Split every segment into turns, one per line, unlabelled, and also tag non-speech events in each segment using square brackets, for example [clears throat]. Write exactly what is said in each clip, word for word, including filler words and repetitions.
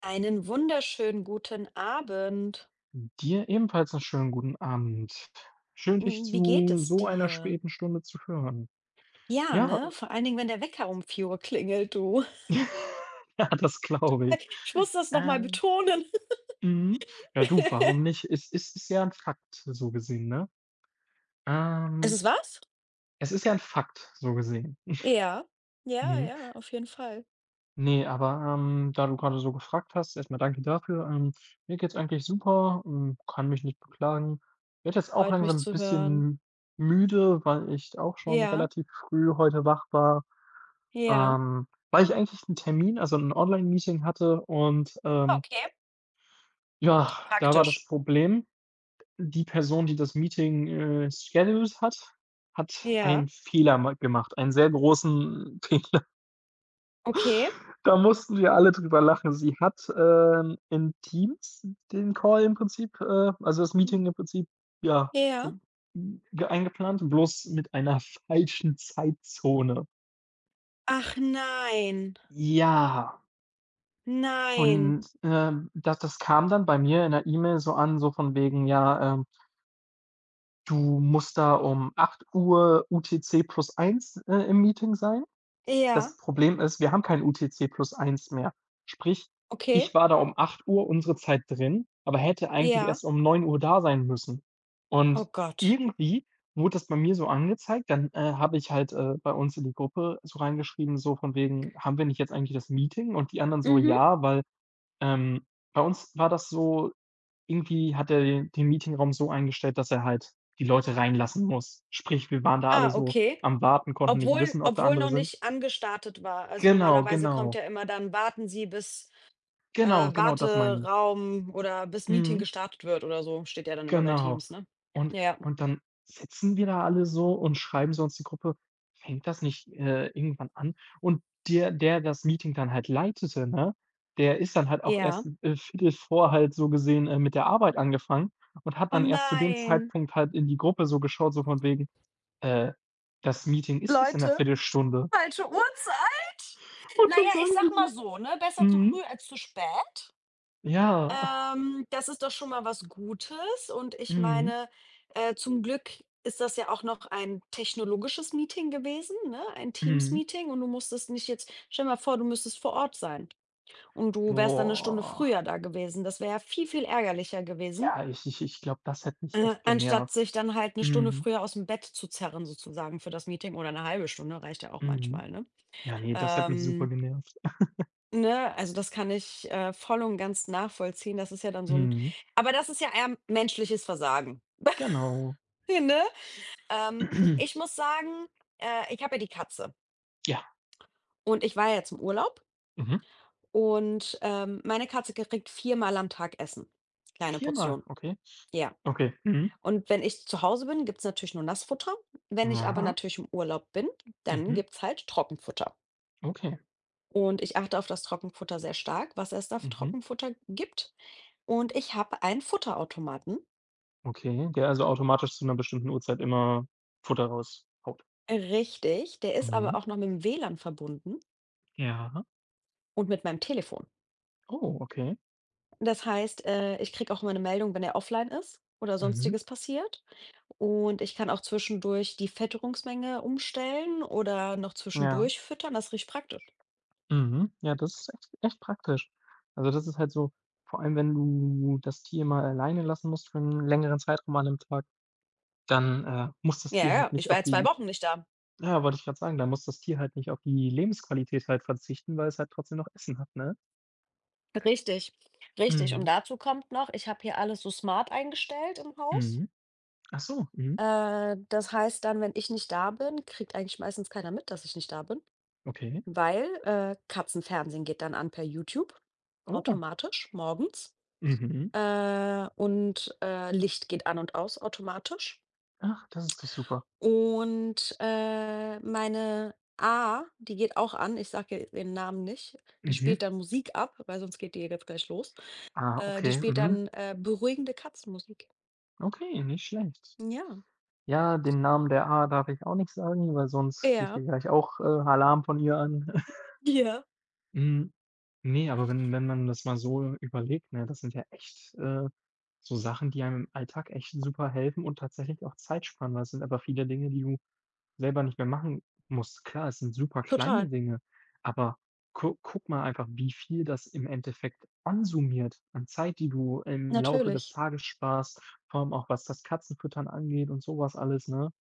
Einen wunderschönen guten Abend.
Dir ebenfalls einen schönen guten Abend. Schön, dich
Hm, wie geht
zu
es
so einer
dir?
späten Stunde zu hören.
Ja,
Ja,
ne? Vor allen Dingen, wenn der Wecker um vier Uhr klingelt, du.
[laughs] ja, das glaube
[laughs]
ich.
Ich muss das noch mal
Ähm,
betonen.
mhm, ja du, warum
[laughs]
nicht? Es es ist ja ein Fakt, so gesehen, ne?
Ist
Ähm,
es was?
es ist ja ein Fakt, so gesehen.
Ja. Ja,
Mhm.
ja, auf jeden Fall.
Ne, aber, ähm, da du gerade so gefragt hast, erstmal danke dafür. Ähm, mir geht's eigentlich super, hm, kann mich nicht beklagen. Werde jetzt auch
Freut mich
langsam ein
zu hören.
bisschen müde, weil ich auch schon
Ja,
relativ früh heute wach war.
ja.
Ähm, weil ich eigentlich 'n Termin, also 'n Online-Meeting hatte und,
Ah,
ähm,
okay,
ja, da war das
praktisch.
Problem, die Person, die das Meeting, äh, scheduled hat, hat
Ja,
einen Fehler ma gemacht, einen sehr großen [laughs] Fehler.
okay.
Da mussten wir alle drüber lachen. Sie hat, ähm, in Teams den Call im Prinzip, äh also das
Hm,
Meeting im Prinzip, ja,
ja.
so, hm, ge eingeplant, bloß mit einer [laughs] falschen Zeitzone.
Ach nein,
Ja.
nein.
Und, ähm, das das kam dann bei mir in der E-Mail so an, so von wegen, ja, ähm, du musst da um acht Uhr U T C plus eins, äh, im Meeting sein.
Ja,
Das Problem ist, wir haben kein U T C plus eins mehr. Sprich,
okay.
ich war da um acht Uhr unsere Zeit drin, aber hätte eigentlich
Ja.
erst um neun Uhr da sein müssen.
Oh
Und
Gott.
irgendwie wurde das bei mir so angezeigt, dann, äh, habe ich halt, äh, bei uns in die Gruppe so reingeschrieben, so von wegen: „Haben wir nicht jetzt eigentlich das Meeting?" Und die anderen so:
Mhm.
„Ja, weil" ähm, bei uns war das so, irgendwie hat er den den Meetingraum so eingestellt, dass er halt die Leute reinlassen muss. Sprich, wir waren da alle
Ah,
so
okay.
am Warten, konnten nicht
Obwohl
wissen, ob da
obwohl noch
andere sind.
nicht angestartet war. Also,
Genau,
normalerweise kommt
genau.
ja immer dann: „Warten Sie bis, äh,
Genau, genau, das meine ich.
Warteraum oder bis Meeting
Mhm.
gestartet wird" oder so, steht ja dann immer bei
Genau.
Teams, ne?
Und
Ja.
und dann sitzen wir da alle so und schreiben so uns die Gruppe: „Fängt das nicht, äh, irgendwann an?" Und der der das Meeting dann halt leitete, ne, der ist dann halt auch
Ja.
erst, äh, eins vor halt so gesehen, äh, mit der Arbeit angefangen und hat
Oh
dann erst zu dem
nein.
Zeitpunkt halt in die Gruppe so geschaut, so von wegen: „Äh, das Meeting ist erst in 'ner
Leute,
Viertelstunde."
falsche Uhrzeit.
[laughs] Und
Na
dann
ja, ich
sagen wir
sage mal
so:
so, ne, besser zu
„Mhm,
früh als zu spät.
ja,
Ähm, das ist doch schon mal was Gutes und ich
mhm,
meine, äh, zum Glück ist das ja auch noch ein technologisches Meeting gewesen, ne? Ein
mhm.
Teams-Meeting und du musstest nicht jetzt stell dir mal vor, du müsstest vor Ort sein und du wärst dann eine Stunde
Boah,
früher da gewesen. Das wäre ja viel, viel ärgerlicher gewesen,
ja, ich ich ich glaube, das hätte mich
äh,
echt
anstatt
genervt.
sich dann halt eine Stunde
Mhm."
früher aus dem Bett zu zerren sozusagen für das Meeting oder eine halbe Stunde reicht ja auch
Mhm.
manchmal, ne?
Ja, nee, das hat mich super
Ähm
genervt.
Ne, also das kann ich, äh, voll und ganz nachvollziehen. Das ist ja dann so ein,
Mhm.
aber das ist ja eher menschliches Versagen. [laughs]
Genau.
Ne? Ähm, ich
[clears throat]
muss sagen, äh, ich habe ja die Katze
Ja.
und ich war ja jetzt im Urlaub
Mhm.
und, ähm, meine Katze kriegt viermal am Tag Essen. Kleine
Viermal,
Portion.
okay.
Ja.
Okay. Mhm.
Und wenn ich zu Hause bin, gibt's natürlich nur Nassfutter. Wenn ich aber
Ja.
natürlich im Urlaub bin, dann
Mhm.
gibt's halt Trockenfutter.
Okay.
Und ich achte auf das Trockenfutter sehr stark, was es da für
Mhm.
Trockenfutter gibt. Und ich habe einen Futterautomaten.
Okay, der also automatisch zu einer bestimmten Uhrzeit immer Futter raushaut.
Richtig, der ist
Mhm.
aber auch noch mit dem WLAN verbunden
Ja.
und mit meinem Telefon.
Oh, okay.
Das heißt, äh, ich kriege auch immer eine Meldung, wenn er offline ist oder
Mhm.
Sonstiges passiert. Und ich kann auch zwischendurch die Fütterungsmenge umstellen oder noch
Ja.
zwischendurch füttern. Das ist richtig praktisch.
Mhm. Ja, das ist echt echt praktisch. Also, das ist halt so, vor allem, wenn du das Tier mal alleine lassen musst für einen längeren Zeitraum an einem Tag, dann, äh, muss das
Ja,
Tier
ja,
halt
ich
nicht
war
auf
ja zwei
die.
Wochen nicht da.
Ja, wollte ich gerade sagen, da muss das Tier halt nicht auf die Lebensqualität halt verzichten, weil es halt trotzdem noch Essen hat, ne?
Richtig, richtig. Und
Mhm,
dazu kommt noch, ich habe hier alles so smart eingestellt im Haus.
mhm. Ach so, mhm,
Äh, das heißt dann, wenn ich nicht da bin, kriegt eigentlich meistens keiner mit, dass ich nicht da bin.
okay.
Weil, äh, Katzenfernsehen geht dann an per YouTube
Oh,
automatisch morgens,
mhm.
äh, und, äh, Licht geht an und aus automatisch.
Ach, das ist doch super.
Und, äh, meine A, die geht auch an, ich sage ihr ihren Namen nicht, die
Mhm.
spielt dann Musik ab, weil sonst geht die jetzt gleich los.
Ah,
Äh, die
okay,
spielt
mhm.
dann, äh, beruhigende Katzenmusik.
Okay, nicht schlecht.
Ja,
Ja, den Namen der A darf ich auch nicht sagen, weil sonst kriege
ja,
ich gleich auch, äh, Alarm von ihr an. [laughs]
ja,
Hm, ne, aber wenn wenn man das mal so überlegt, ne, das sind ja echt, äh, so Sachen, die einem im Alltag echt super helfen und tatsächlich auch Zeit sparen, weil es sind aber viele Dinge, die du selber nicht mehr machen musst. Klar, es sind super kleine
total.
Dinge, aber gu guck mal einfach, wie viel das im Endeffekt ansummiert an Zeit, die du im Laufe des
Natürlich,
Tages sparst, vor allem auch was das Katzenfüttern angeht und sowas alles, ne?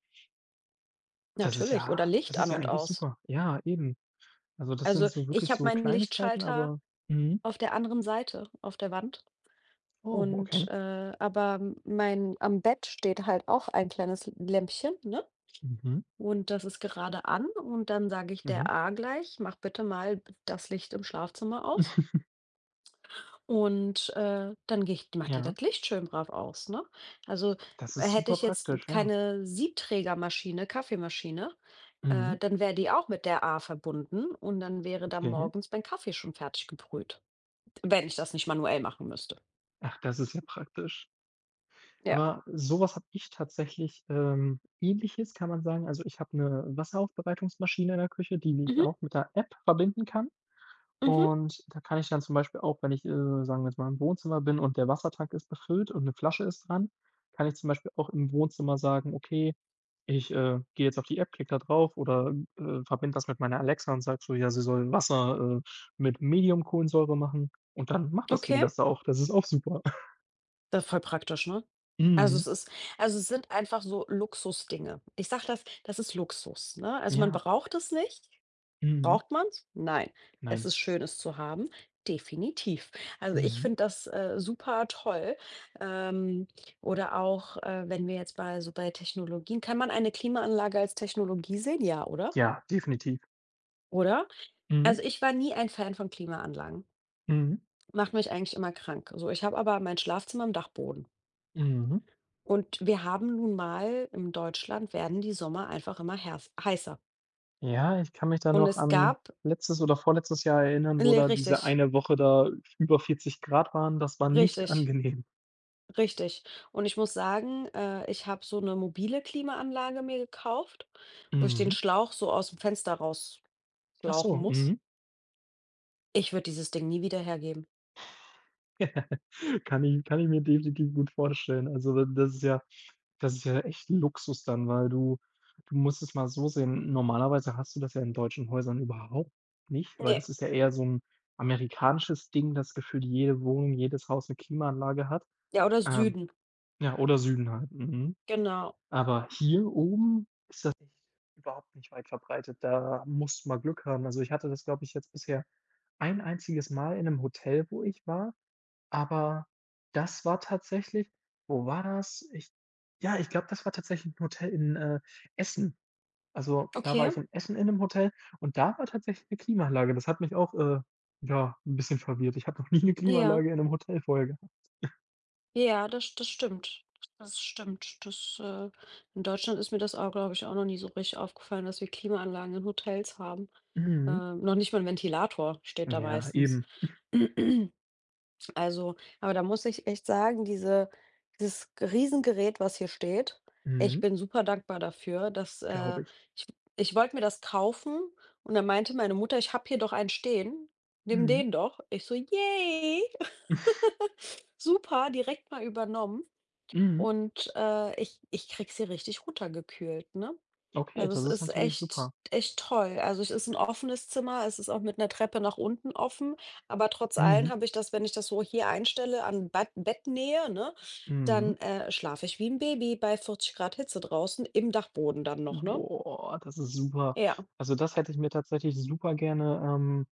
Das ist
natürlich.
ja
Oder Licht
das ist
an
ja
und
eigentlich
aus.
super. Ja, eben. Also, das sind
Also,
so
ich
wirklich
habe
so
meinen
Kleinigkeiten,
Lichtschalter
aber mhm.
auf der anderen Seite, auf der Wand.
Oh,
Und,
okay.
äh, aber mein am Bett steht halt auch ein kleines Lämpchen, ne?
Mhm,
Und das ist gerade an und dann sage ich
mhm.
der A gleich: „Mach bitte mal das Licht im Schlafzimmer aus."
[laughs]
Und, äh, dann gehe ich macht die
Ja,
das Licht schön brav aus, ne? Also,
das
äh,
ist
hätte
super
ich jetzt
praktisch, ja.
keine Siebträgermaschine, Kaffeemaschine,
Mhm,
äh, dann wäre die auch mit der A verbunden und dann wäre da
okay.
morgens mein Kaffee schon fertig gebrüht, wenn ich das nicht manuell machen müsste.
Ach, das ist ja praktisch.
Ja.
Aber sowas habe ich tatsächlich, ähm, Ähnliches, kann man sagen. Also, ich habe eine Wasseraufbereitungsmaschine in der Küche, die ich
Mhm.
auch mit der App verbinden kann.
Mhm,
Und da kann ich dann zum Beispiel auch, wenn ich, äh, sagen wir jetzt mal, im Wohnzimmer bin und der Wassertank ist befüllt und eine Flasche ist dran, kann ich zum Beispiel auch im Wohnzimmer sagen: „Okay, ich, äh, gehe jetzt auf die App, klicke da drauf oder, äh, verbinde das mit meiner Alexa und sage so, ja, sie soll Wasser, äh, mit Medium-Kohlensäure machen." Und dann macht das Ding
okay.
das auch. Das ist auch super. [laughs]
Das ist voll praktisch, ne? Also
Mhm.
es ist also es sind einfach so Luxusdinge. Ich sage das, das ist Luxus, ne? Also man
Ja.
braucht es nicht.
Mhm.
Braucht man's? Nein. Es
Nein.
ist schön, es zu haben. Definitiv. Also ich
Mhm.
finde das, äh, super toll. Ähm, oder auch, äh, wenn wir jetzt bei so bei Technologien kann man eine Klimaanlage als Technologie sehen? Ja, oder?
Ja, definitiv.
Oder?
Mhm.
Also ich war nie ein Fan von Klimaanlagen.
Mhm.
Macht mich eigentlich immer krank. So, ich habe aber mein Schlafzimmer im Dachboden.
Mhm.
Und wir haben nun mal in Deutschland werden die Sommer einfach immer herz- heißer.
Ja, ich kann mich da
Und
noch
es
an
gab,
letztes oder vorletztes Jahr erinnern, wo
le-
da diese
richtig,
eine Woche da über vierzig Grad waren. Das war nicht
richtig,
angenehm.
richtig. Und ich muss sagen, äh, ich habe so eine mobile Klimaanlage mir gekauft, wo ich den
Mhm.
Schlauch so aus dem Fenster
Ach
rausschlauchen
so,
muss.
mhm.
Ich würde dieses Ding nie wieder hergeben.
[laughs] Kann ich kann ich mir definitiv gut vorstellen. Also, da das ist ja das ist ja echt Luxus dann, weil du du musst es mal so sehen, normalerweise hast du das ja in deutschen Häusern überhaupt nicht, weil
Nee.
das ist ja eher so ein amerikanisches Ding, das gefühlt jede Wohnung, jedes Haus eine Klimaanlage hat.
Ja, oder
Ähm,
Süden.
ja, oder Süden halt, mhm.
Genau.
Aber hier oben tatsächlich überhaupt nicht weit verbreitet. Da musst du mal Glück haben. Also, ich hatte das, glaube ich, jetzt bisher ein einziges Mal in 'nem Hotel, wo ich war, aber das war tatsächlich, wo war das? Ich ja, ich glaube, das war tatsächlich 'n Hotel in, äh, Essen. Also, da war ich
Okay.
in Essen in 'nem Hotel und da war tatsächlich 'ne Klimaanlage. Das hat mich auch, äh, ja, 'n bisschen verwirrt. Ich habe noch nie 'ne
Ja.
Klimaanlage in 'nem Hotel vorher gehabt.
Ja, das, das stimmt. Das stimmt. Das, äh, in Deutschland ist mir das auch, glaube ich, auch noch nie so richtig aufgefallen, dass wir Klimaanlagen in Hotels haben.
Mhm.
Ähm, noch nicht mal ein Ventilator steht da
Ja,
meistens.
eben.
[clears throat] Also aber da muss ich echt sagen, diese dieses Riesengerät, was hier steht. Ich
Mhm.
bin super dankbar dafür, dass, äh
Glaube ich.
ich ich wollte mir das kaufen und dann meinte meine Mutter: „Ich habe hier doch einen stehen, nimm
Mhm.
den doch." Ich so: „Yay, [laughs] super, direkt mal übernommen."
Mhm.
Und, äh, ich ich kriege sie richtig runtergekühlt, ne?
Okay,
Also,
das
es
ist
ist
natürlich
echt
super.
echt toll. Also, es ist ein offenes Zimmer, es ist auch mit einer Treppe nach unten offen, aber trotz allem
Mhm.
habe ich das, wenn ich das so hier einstelle an Bad Bettnähe, ne,
Mhm.
dann, äh, schlafe ich wie ein Baby bei vierzig Grad Hitze draußen im Dachboden dann noch, ne?
Boah, das ist super.
Ja.
Also, das hätte ich mir tatsächlich super gerne, ähm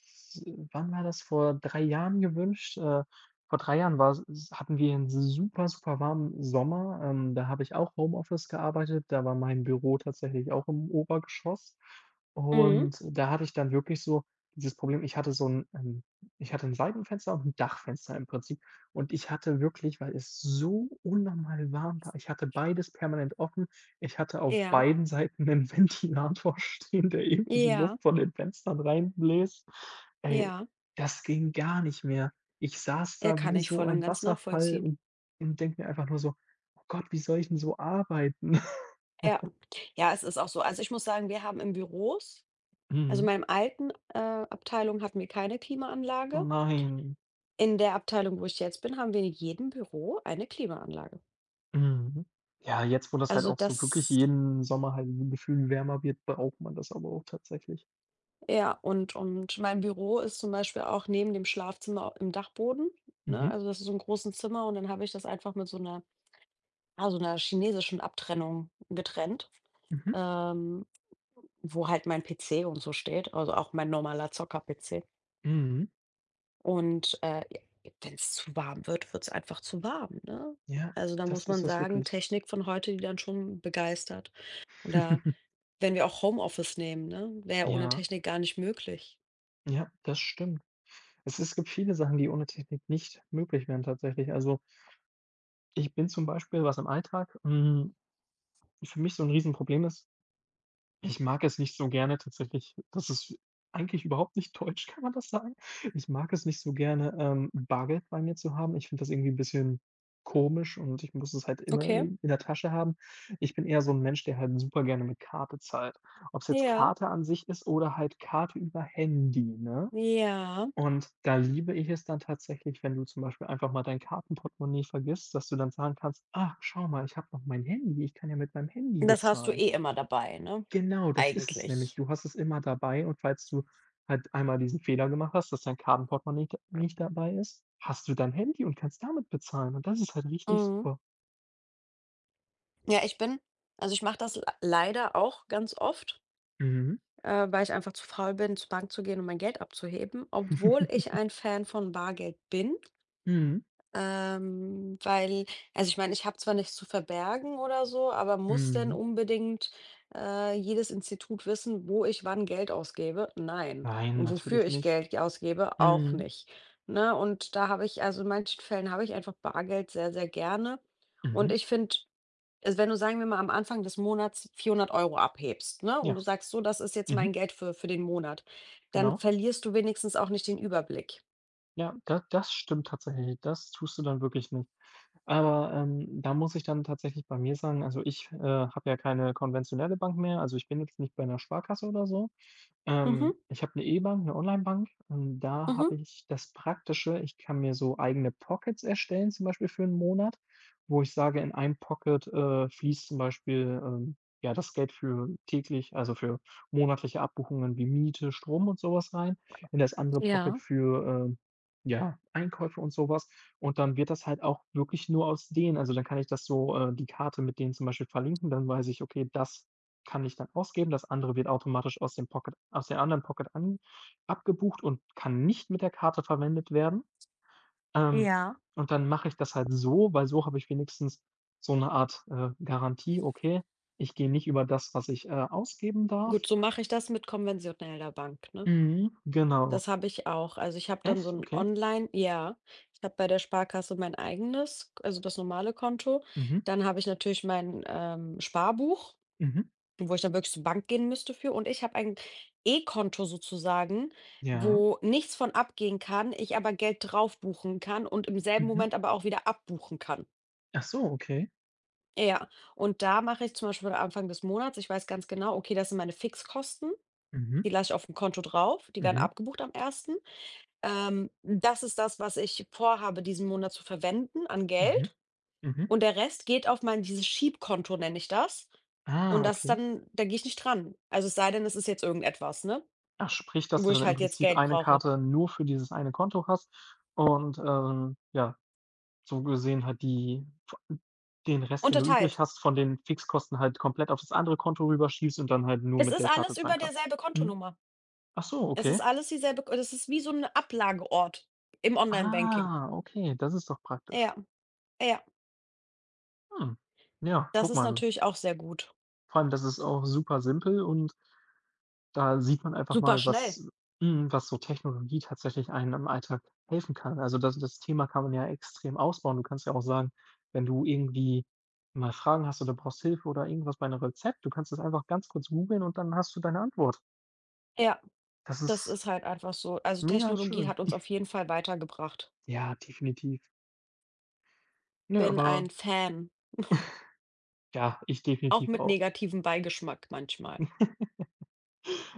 s wann war das? Vor drei Jahren gewünscht. Äh, vor drei Jahren war s s hatten wir einen super, super warmen Sommer. Ähm, da habe ich auch Homeoffice gearbeitet. Da war mein Büro tatsächlich auch im Obergeschoss.
Mhm.
Und da hatte ich dann wirklich so dieses Problem, ich hatte so ein ähm, ich hatte ein Seitenfenster und ein Dachfenster im Prinzip. Und ich hatte wirklich, weil es so unnormal warm war, ich hatte beides permanent offen, ich hatte auf
Ja.
beiden Seiten 'nen [laughs] Ventilator stehen, der irgendwie die
Ja.
Luft von den Fenstern reinbläst. Ey,
Ja.
das ging gar nicht mehr. Ich saß
Ja,
da
kann
wie
ich
so
voll und
ein
ganz
Wasserfall
nachvollziehen.
und und denke mir einfach nur so: „Oh Gott, wie soll ich 'n so arbeiten?" [laughs]
Ja. Ja, es ist auch so. Also, ich muss sagen, wir haben im Büros also, in
Mhm.
meinem alten, äh, Abteilung hatten wir keine
Oh
Klimaanlage.
nein.
In der Abteilung, wo ich jetzt bin, haben wir in jedem Büro eine Klimaanlage.
Mhm. Ja, jetzt, wo das halt
Also
auch so wirklich
das
jeden Sommer halt so gefühlt wärmer wird, braucht man das aber auch tatsächlich.
ja, und und mein Büro ist zum Beispiel auch neben dem Schlafzimmer au- im Dachboden, ne?
Mhm.
Also, das ist so ein großes Zimmer und dann habe ich das einfach mit so einer ja, so 'ner chinesischen Abtrennung getrennt,
Mhm.
ähm, wo halt mein P C und so steht, also auch mein normaler Zocker-P C.
Mhm.
Und, äh, j wenn's zu warm wird, wird es einfach zu warm, ne?
Ja,
Also, da
das
muss
ist
man
es
sagen,
wirklich.
Technik von heute, die dann schon begeistert. Und da
[laughs]
Wenn wir auch Homeoffice nehmen, ne? Wäre ja ohne
Ja,
Technik gar nicht möglich.
ja, das stimmt. Es es gibt viele Sachen, die ohne Technik nicht möglich wären tatsächlich. Also, ich bin zum Beispiel, was im Alltag, hm, für mich so ein Riesenproblem ist, ich mag es nicht so gerne tatsächlich, das ist eigentlich überhaupt nicht deutsch, [laughs] kann man das sagen? Ich mag es nicht so gerne, ähm, Bargeld bei mir zu haben. Ich finde das irgendwie 'n bisschen komisch und ich muss es halt immer
Okay,
in in der Tasche haben. Ich bin eher so ein Mensch, der halt super gerne mit Karte zahlt. Ob es jetzt
ja.
Karte an sich ist oder halt Karte über Handy, ne?
Ja,
Und da liebe ich es dann tatsächlich, wenn du zum Beispiel einfach mal dein Kartenportemonnaie vergisst, dass du dann sagen kannst: „Ach, schau mal, ich habe noch mein Handy. Ich kann ja mit meinem Handy
das hast du
bezahlen."
eh immer dabei, ne?
Genau, das ist es nämlich.
Eigentlich.
Du hast es immer dabei und falls du halt einmal diesen Fehler gemacht hast, dass dein Kartenportemonnaie d nicht dabei ist, hast du dein Handy und kannst damit bezahlen und das ist halt richtig
Mhm.
super.
Ja, ich bin also, ich mache das l leider auch ganz oft,
Mhm.
äh, weil ich einfach zu faul bin, zur Bank zu gehen und mein Geld abzuheben, obwohl ich
[laughs]
ein Fan von Bargeld bin.
Mhm.
Ähm, weil also, ich meine, ich habe zwar nichts zu verbergen oder so, aber muss denn
Mhm.
unbedingt, äh, jedes Institut wissen, wo ich wann Geld ausgebe? Nein.
Nein,
Und wofür
natürlich
ich
nicht.
Geld ausgebe? Auch
Mhm.
nicht, ne? Und da habe ich also in manchen Fällen habe ich einfach Bargeld sehr, sehr gerne. Und
Mhm.
ich finde, also, wenn du, sagen wir mal, am Anfang des Monats vierhundert Euro abhebst, ne, und du
Ja.
sagst: „So, das ist jetzt mein
Mhm.
Geld für für den Monat", dann
Genau.
verlierst du wenigstens auch nicht den Überblick.
Ja, da das stimmt tatsächlich. Das tust du dann wirklich nicht. Aber, ähm, da muss ich dann tatsächlich bei mir sagen, also, ich, äh, habe ja keine konventionelle Bank mehr, also, ich bin jetzt nicht bei einer Sparkasse oder so.
Mhm,
Ähm, ich habe eine E-Bank, 'ne Onlinebank und da
mhm.
habe ich das Praktische, ich kann mir so eigene Pockets erstellen, zum Beispiel für einen Monat, wo ich sage, in einem Pocket, äh, fließt zum Beispiel, ähm, ja, das Geld für täglich, also, für monatliche Abbuchungen wie Miete, Strom und sowas rein, in das andere Pocket
Ja.
für, ähm ja, Einkäufe und sowas. Und dann wird das halt auch wirklich nur aus denen, also, dann kann ich das so, äh, die Karte mit denen zum Beispiel verlinken, dann weiß ich, okay, das kann ich dann ausgeben, das andere wird automatisch aus dem Pocket aus der anderen Pocket an abgebucht und kann nicht mit der Karte verwendet werden. Ähm,
Ja.
und dann mache ich das halt so, weil so habe ich wenigstens so eine Art, äh, Garantie: „Okay, ich gehe nicht über das, was ich, äh, ausgeben darf."
Gut, so mache ich das mit konventioneller Bank, ne?
Mhm, genau.
Das habe ich auch. Also, ich habe dann so
Echt?
ein
Okay.
Online ja, ich habe bei der Sparkasse mein eigenes, also das normale Konto.
Mhm,
Dann habe ich natürlich mein, ähm, Sparbuch,
mhm.
wo ich dann wirklich zur Bank gehen müsste für. Und ich habe ein E-Konto sozusagen,
Ja.
wo nichts von abgehen kann, ich aber Geld drauf buchen kann und im selben
Mhm.
Moment aber auch wieder abbuchen kann.
Ach so, okay.
Ja, und da mache ich zum Beispiel am Anfang des Monats ich weiß ganz genau, okay, das sind meine Fixkosten.
Mhm,
Die lasse ich auf dem Konto drauf, die werden
mhm,
abgebucht am ersten. Ähm, das ist das, was ich vorhabe, diesen Monat zu verwenden an
mhm,
Geld
mhm.
und der Rest geht auf mein dieses Schiebkonto nenne ich das und
Ah,
das ist
okay.
dann da gehe ich nicht dran. Also, es sei denn, es ist jetzt irgendetwas, ne,
Ach, sprich, dass
wo
du dann
ich
im
halt jetzt
Prinzip
Geld
eine
brauche.
Karte nur für dieses eine Konto hast und, ähm, ja, so gesehen halt die den Rest, den du übrig
Unterteilt.
hast, von den Fixkosten halt komplett auf das andere Konto rüberschiebst und dann halt nur
Es
mit
ist
der Karte
alles über
zahlen kannst.
derselbe
Mhm.
Kontonummer.
Ach so,
Es
okay.
ist alles dieselbe das ist wie so ein Ablageort im Online-Banking.
Ah, okay, das ist doch praktisch.
Ja, ja,
Hm. Ja,
das
guck
ist
mal.
natürlich auch sehr gut.
Vor allem, das ist auch super simpel und da sieht man einfach
Super
mal,
schnell.
was mhm, was so Technologie tatsächlich einem im Alltag helfen kann. Also, das das Thema kann man ja extrem ausbauen. Du kannst ja auch sagen, wenn du irgendwie mal Fragen hast oder brauchst Hilfe oder irgendwas bei einem Rezept, du kannst das einfach ganz kurz googeln und dann hast du deine Antwort.
Ja.
Das
Das
ist
ist halt einfach so. Also,
mega
Technologie
schön.
hat uns auf jeden Fall weitergebracht.
Ja, definitiv. Nö,
Bin
aber
ein Fan,
ja, ich
auch
definitiv
mit
auch.
negativem Beigeschmack manchmal.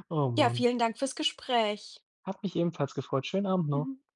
Oh,
Ja,
Mann.
vielen Dank fürs Gespräch.
Hat mich ebenfalls gefreut. Schönen Abend noch.
[laughs]